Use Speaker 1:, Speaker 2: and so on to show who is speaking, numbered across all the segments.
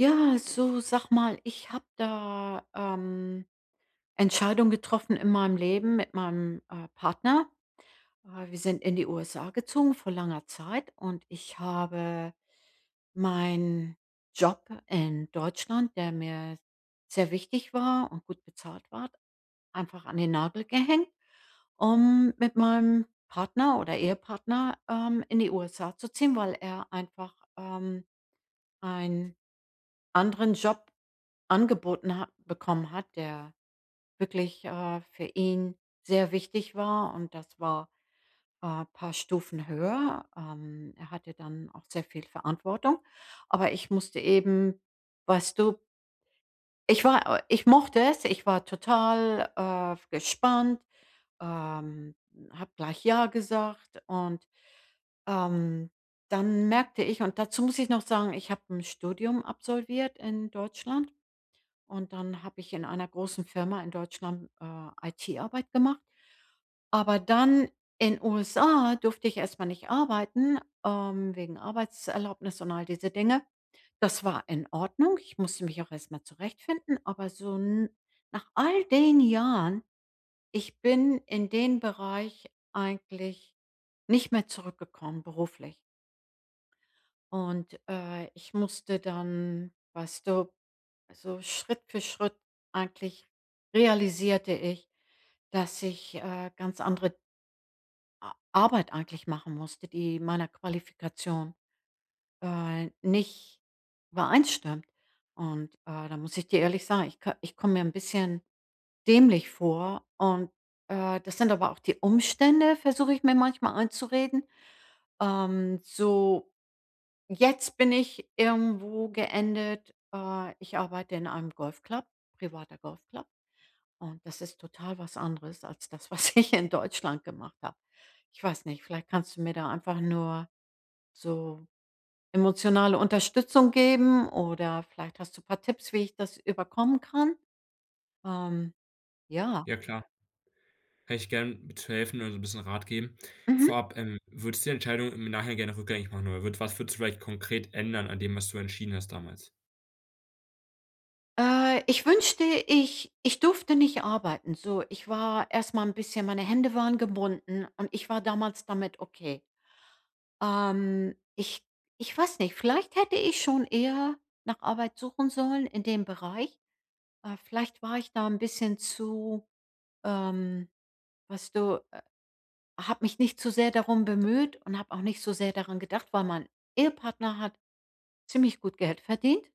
Speaker 1: Ja, so sag mal, ich habe da, Entscheidungen getroffen in meinem Leben mit meinem, Partner. Wir sind in die USA gezogen vor langer Zeit und ich habe meinen Job in Deutschland, der mir sehr wichtig war und gut bezahlt war, einfach an den Nagel gehängt, um mit meinem Partner oder Ehepartner, in die USA zu ziehen, weil er einfach, einen anderen Job angeboten hat bekommen hat, der wirklich, für ihn sehr wichtig war und das war, ein paar Stufen höher. Er hatte dann auch sehr viel Verantwortung, aber ich musste eben, weißt du, ich mochte es, ich war total, gespannt, ähm, habe gleich „ja“ gesagt und, ähm, dann merkte ich, und dazu muss ich noch sagen, ich habe ein Studium absolviert in Deutschland. Und dann habe ich in einer großen Firma in Deutschland, IT-Arbeit gemacht. Aber dann in USA durfte ich erstmal nicht arbeiten, wegen Arbeitserlaubnis und all diese Dinge. Das war in Ordnung. Ich musste mich auch erstmal zurechtfinden, aber so n nach all den Jahren, ich bin in den Bereich eigentlich nicht mehr zurückgekommen beruflich. Und, ich musste dann, weißt du, also, Schritt für Schritt eigentlich realisierte ich, dass ich, ganz andere A Arbeit eigentlich machen musste, die meiner Qualifikation, nicht übereinstimmt. Und, da muss ich dir ehrlich sagen, ich komme mir ein bisschen dämlich vor, und, das sind aber auch die Umstände, versuche ich mir manchmal einzureden. So: „Jetzt bin ich irgendwo geendet.“ ich arbeite in einem Golfclub, privater Golfclub. Und das ist total was anderes als das, was ich in Deutschland gemacht habe. Ich weiß nicht, vielleicht kannst du mir da einfach nur so emotionale Unterstützung geben, oder vielleicht hast du ein paar Tipps, wie ich das überkommen kann? Ähm, ja.
Speaker 2: Ja klar, kann ich gern mit helfen oder so ein bisschen Rat geben.
Speaker 1: Mhm.
Speaker 2: Vorab, würdest du die Entscheidung im Nachhinein gerne rückgängig machen oder würd was würdest du vielleicht konkret ändern an dem, was du entschieden hast damals?
Speaker 1: Ich wünschte, ich durfte nicht arbeiten, so. Ich war erst mal 'n bisschen, meine Hände waren gebunden, und ich war damals damit okay. Ähm, ich ich weiß nicht, vielleicht hätte ich schon eher nach Arbeit suchen sollen in dem Bereich. Vielleicht war ich da ein bisschen zu, ähm, weißt du, habe mich nicht zu sehr darum bemüht und habe auch nicht so sehr daran gedacht, weil mein Ehepartner hat ziemlich gut Geld verdient.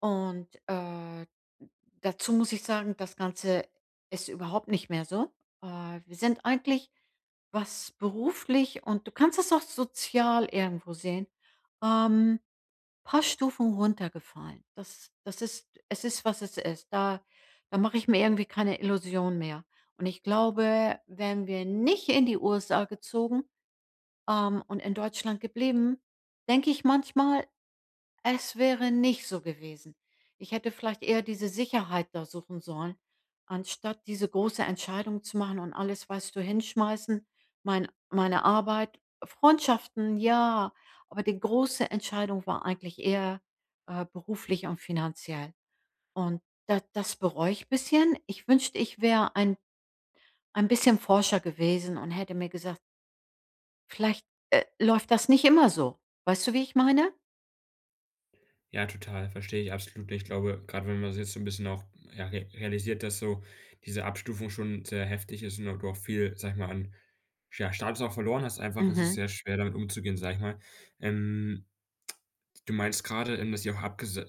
Speaker 1: Und, dazu muss ich sagen, das Ganze ist überhaupt nicht mehr so. Wir sind eigentlich, was beruflich, und du kannst es auch sozial irgendwo sehen, ähm, paar Stufen runtergefallen. Das ist, es ist, was es ist. Da mache ich mir irgendwie keine Illusion mehr. Und ich glaube, wären wir nicht in die USA gezogen, und in Deutschland geblieben, denke ich manchmal, es wäre nicht so gewesen. Ich hätte vielleicht eher diese Sicherheit da suchen sollen, anstatt diese große Entscheidung zu machen und alles, weißt du, hinschmeißen, meine Arbeit, Freundschaften, ja, aber die große Entscheidung war eigentlich eher, beruflich und finanziell. Und da das bereue ich ein bisschen. Ich wünschte, ich wäre ein bisschen Forscher gewesen und hätte mir gesagt: „Vielleicht, läuft das nicht immer so.“ Weißt du, wie ich meine?
Speaker 2: Ja, total, verstehe ich absolut nicht. Ich glaube, gerade wenn man's jetzt so ein bisschen auch, ja, re realisiert, dass so diese Abstufung schon sehr heftig ist und du auch viel, sag ich mal, an, ja, Status auch verloren hast einfach, ist es
Speaker 1: Mhm.
Speaker 2: sehr schwer, damit umzugehen, sag ich mal. Ähm. Du meinst gerade, dass ihr auch abgese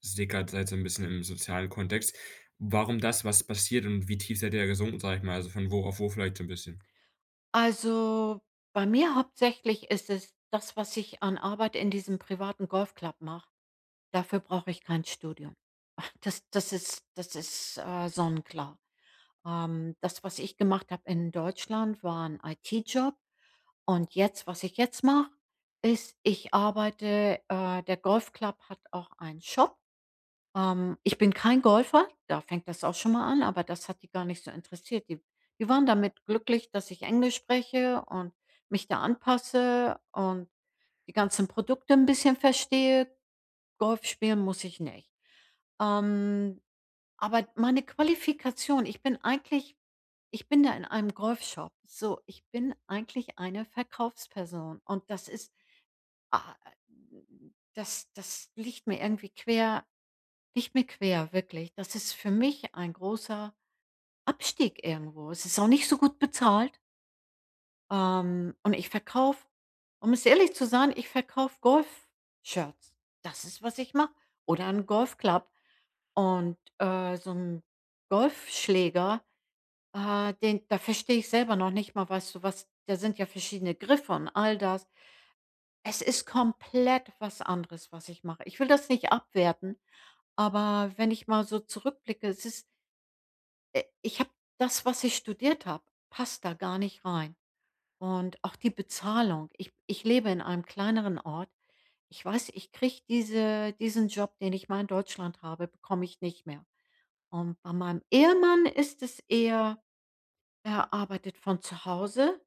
Speaker 2: seid so ein bisschen im sozialen Kontext. Warum das? Was passiert und wie tief seid ihr da gesunken, sag ich mal? Also, von wo auf wo vielleicht so 'n bisschen?
Speaker 1: Also, bei mir hauptsächlich ist es das, was ich an Arbeit in diesem privaten Golfclub mache. Dafür brauche ich kein Studium. Ach, das das ist, sonnenklar. Das, was ich gemacht habe in Deutschland, war 'n IT-Job, und jetzt, was ich jetzt mache, ist, ich arbeite, der Golfclub hat auch einen Shop. Ich bin kein Golfer, da fängt das auch schon mal an, aber das hat die gar nicht so interessiert. Die waren damit glücklich, dass ich Englisch spreche und mich da anpasse und die ganzen Produkte ein bisschen verstehe. Golf spielen muss ich nicht. Ähm, aber meine Qualifikation, ich bin da in einem Golfshop. So, ich bin eigentlich eine Verkaufsperson, und das ist, ah, das das liegt mir irgendwie quer, nicht mehr quer, wirklich. Das ist für mich ein großer Abstieg irgendwo. Es ist auch nicht so gut bezahlt. Und ich verkaufe, um es ehrlich zu sein, ich verkaufe Golf-Shirts. Das ist, was ich mache. Oder einen Golfclub. Und, so 'n Golfschläger, den da verstehe ich selber noch nicht mal, weißt du, was da sind ja verschiedene Griffe und all das. Es ist komplett was anderes, was ich mache. Ich will das nicht abwerten, aber wenn ich mal so zurückblicke, es ist ich habe, das, was ich studiert habe, passt da gar nicht rein. Und auch die Bezahlung. Ich lebe in einem kleineren Ort. Ich weiß, ich kriege diesen Job, den ich mal in Deutschland habe, bekomme ich nicht mehr. Und bei meinem Ehemann ist es eher, er arbeitet von zu Hause,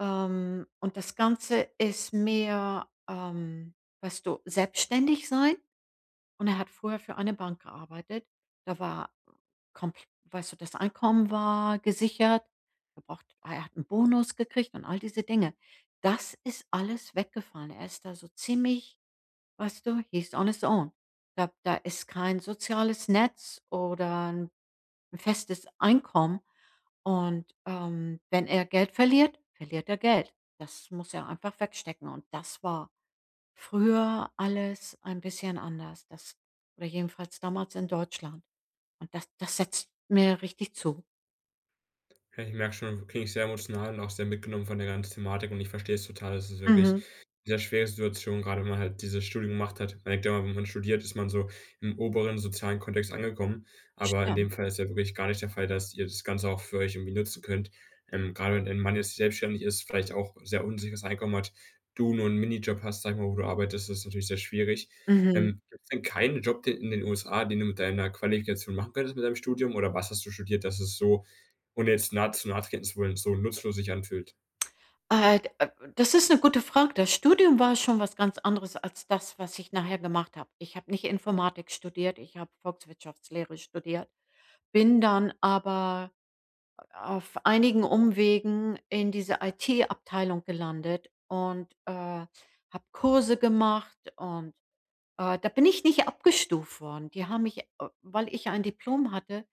Speaker 1: und das Ganze ist mehr, weißt du, selbstständig sein. Und er hat vorher für eine Bank gearbeitet. Da war kompl weißt du, das Einkommen war gesichert. Er hat einen Bonus gekriegt und all diese Dinge. Das ist alles weggefallen. Er ist da so ziemlich, weißt du, he's on his own. Da ist kein soziales Netz oder ein festes Einkommen. Und, wenn er Geld verliert, verliert er Geld. Das muss er einfach wegstecken, und das war früher alles ein bisschen anders, das, oder jedenfalls damals in Deutschland. Und das setzt mir richtig zu.
Speaker 2: Ja, ich merke schon, du klingst sehr emotional und auch sehr mitgenommen von der ganzen Thematik und ich verstehe es total. Es ist wirklich 'ne
Speaker 1: Mhm.
Speaker 2: sehr schwere Situation, gerade wenn man halt dieses Studium gemacht hat. Man denkt ja immer, wenn man studiert, ist man so im oberen sozialen Kontext angekommen, aber in dem
Speaker 1: Stimmt.
Speaker 2: Fall ist ja wirklich gar nicht der Fall, dass ihr das Ganze auch für euch irgendwie nutzen könnt. Grade wenn dein Mann jetzt selbstständig ist, vielleicht auch sehr unsicheres Einkommen hat, du nur einen Minijob hast, sag ich mal, wo du arbeitest, das ist natürlich sehr schwierig.
Speaker 1: Mhm.
Speaker 2: Gibt es denn keinen Job den in den USA, den du mit deiner Qualifikation machen könntest, mit deinem Studium oder was hast du studiert, dass es so und jetzt nahezu nachtreten zu wollen, so nutzlos sich anfühlt.
Speaker 1: D das ist eine gute Frage. Das Studium war schon was ganz anderes als das, was ich nachher gemacht habe. Ich habe nicht Informatik studiert, ich habe Volkswirtschaftslehre studiert, bin dann aber auf einigen Umwegen in diese IT-Abteilung gelandet, und, habe Kurse gemacht und da bin ich nicht abgestuft worden. Die haben mich, weil ich ja ein Diplom hatte,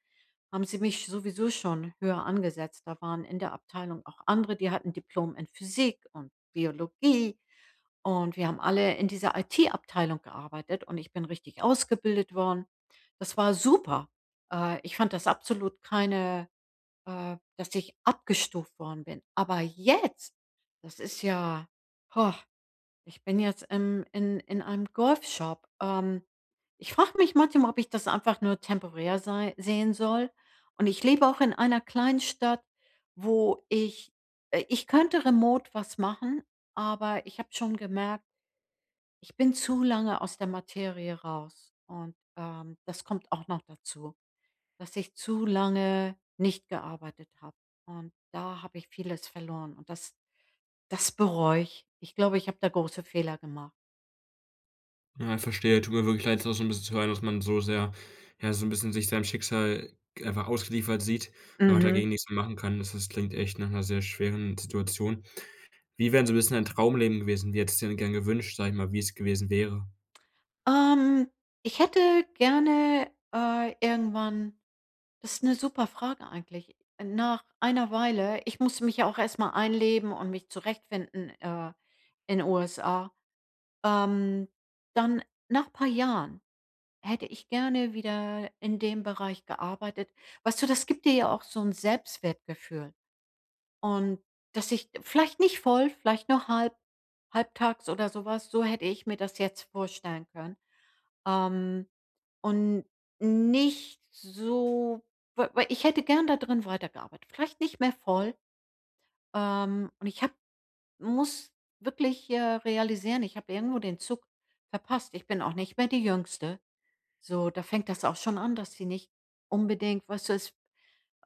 Speaker 1: haben sie mich sowieso schon höher angesetzt. Da waren in der Abteilung auch andere, die hatten Diplom in Physik und Biologie. Und wir haben alle in dieser IT-Abteilung gearbeitet, und ich bin richtig ausgebildet worden. Das war super. Ich fand das absolut keine, dass ich abgestuft worden bin. Aber jetzt, das ist ja, oh, ich bin jetzt im in einem Golfshop. Ich frage mich manchmal, ob ich das einfach nur temporär sei sehen soll. Und ich lebe auch in einer kleinen Stadt, wo ich, ich könnte remote was machen, aber ich habe schon gemerkt, ich bin zu lange aus der Materie raus. Und, das kommt auch noch dazu, dass ich zu lange nicht gearbeitet habe. Und da habe ich vieles verloren, und das bereue ich. Ich glaube, ich habe da große Fehler gemacht.
Speaker 2: Ja, verstehe. Tut mir wirklich leid, das so ein bisschen zu hören, dass man so sehr ja, so ein bisschen sich seinem Schicksal einfach ausgeliefert sieht, einfach
Speaker 1: Mhm.
Speaker 2: dagegen nichts mehr machen kann. Das klingt echt nach einer sehr schweren Situation. Wie wäre so ein bisschen ein Traumleben gewesen? Wie hättest du dir denn gern gewünscht, sag ich mal, wie es gewesen wäre?
Speaker 1: Ähm, Ich hätte gerne, irgendwann, das ist eine super Frage eigentlich. Nach einer Weile, ich musste mich ja auch erst mal einleben und mich zurechtfinden, in USA. Ähm, Dann nach ein paar Jahren hätte ich gerne wieder in dem Bereich gearbeitet. Weißt du, das gibt dir ja auch so ein Selbstwertgefühl, und dass ich vielleicht nicht voll, vielleicht nur halbtags oder sowas. So hätte ich mir das jetzt vorstellen können. Ähm, und nicht so, weil ich hätte gern da drin weitergearbeitet. Vielleicht nicht mehr voll, und ich habe muss wirklich, realisieren, ich habe irgendwo den Zug verpasst. Ich bin auch nicht mehr die Jüngste. So, da fängt das auch schon an, dass sie nicht unbedingt, weißt du, es,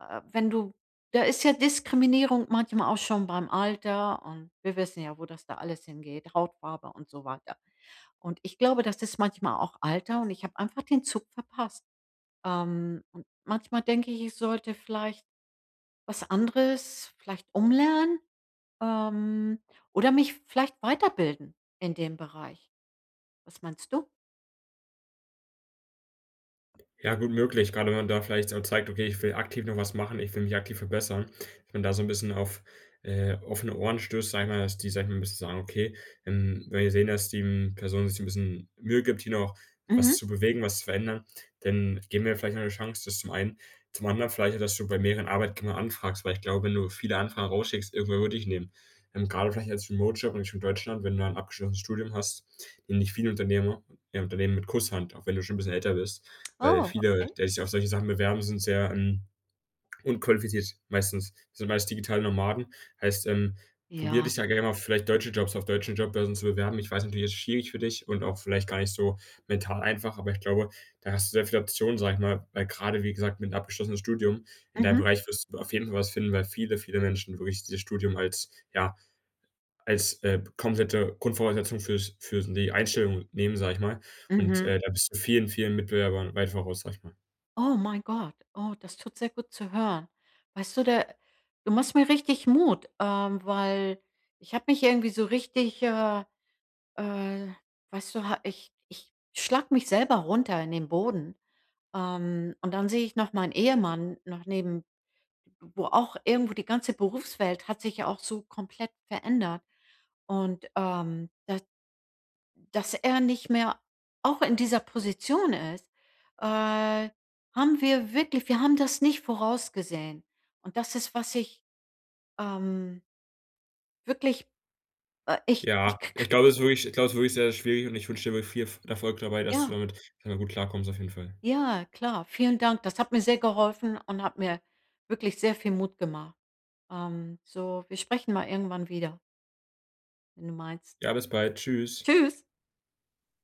Speaker 1: wenn du, da ist ja Diskriminierung manchmal auch schon beim Alter, und wir wissen ja, wo das da alles hingeht, Hautfarbe und so weiter. Und ich glaube, das ist manchmal auch Alter, und ich habe einfach den Zug verpasst. Und manchmal denke ich, ich sollte vielleicht was anderes vielleicht umlernen, ähm, oder mich vielleicht weiterbilden in dem Bereich. Was meinst du?
Speaker 2: Ja, gut möglich, gerade wenn man da vielleicht auch zeigt: „Okay, ich will aktiv noch was machen, ich will mich aktiv verbessern.“ Dass man da so ein bisschen auf, offene Ohren stößt, sage ich mal, dass die, sage ich mal, 'n bisschen sagen: „Okay, wenn wir sehen, dass die, Person sich ein bisschen Mühe gibt, hier noch was
Speaker 1: Mhm.
Speaker 2: zu bewegen, was zu verändern, dann geben wir vielleicht noch 'ne Chance.“ Das zum einen. Zum anderen vielleicht auch, dass du bei mehreren Arbeitgebern anfragst, weil ich glaube, wenn du viele Anfragen rausschickst, irgendwer würde dich nehmen. Gerade vielleicht als Remote-Job und nicht in Deutschland, wenn du ein abgeschlossenes Studium hast, nehmen dich viele Unternehmer ja, Unternehmen mit Kusshand, auch wenn du schon ein bisschen älter bist. Weil
Speaker 1: Oh,
Speaker 2: viele,
Speaker 1: okay.
Speaker 2: die sich auf solche Sachen bewerben, sind sehr, unqualifiziert meistens. Das sind meist digitale Nomaden. Heißt, probier dich
Speaker 1: Ja.
Speaker 2: da gerne mal auf vielleicht deutsche Jobs auf deutschen Jobbörsen zu bewerben. Ich weiß natürlich, es ist schwierig für dich und auch vielleicht gar nicht so mental einfach, aber ich glaube, da hast du sehr viele Optionen, sag ich mal, weil gerade wie gesagt, mit 'nem abgeschlossenen Studium in deinem
Speaker 1: Mhm.
Speaker 2: Bereich wirst du auf jeden Fall was finden, weil viele, viele Menschen wirklich dieses Studium als ja, als, komplette Grundvoraussetzung fürs für die Einstellung nehmen, sag ich mal. Und,
Speaker 1: Mhm.
Speaker 2: da bist du vielen, vielen Mitbewerbern weit voraus, sag ich mal.
Speaker 1: Oh mein Gott. Oh, das tut sehr gut zu hören. Weißt du, da, du machst mir richtig Mut, weil ich habe mich irgendwie so richtig, äh, weißt du, ha ich schlag mich selber runter in den Boden. Und dann sehe ich noch meinen Ehemann noch neben, wo auch irgendwo die ganze Berufswelt hat sich ja auch so komplett verändert. Und, da, dass er nicht mehr auch in dieser Position ist, äh, haben wir wirklich, wir haben das nicht vorausgesehen. Und das ist, was ich, ähm, wirklich, ich ich k k
Speaker 2: Ich glaube, es ist wirklich sehr schwierig und ich wünsche dir wirklich viel Erfolg dabei, dass du
Speaker 1: ja,
Speaker 2: damit, sage ich mal, gut klarkommst auf jeden Fall.
Speaker 1: ja, klar. Vielen Dank. Das hat mir sehr geholfen und hat mir wirklich sehr viel Mut gemacht. So, wir sprechen mal irgendwann wieder, wenn du meinst.
Speaker 2: Ja, bis bald. Tschüss.
Speaker 1: Tschüss.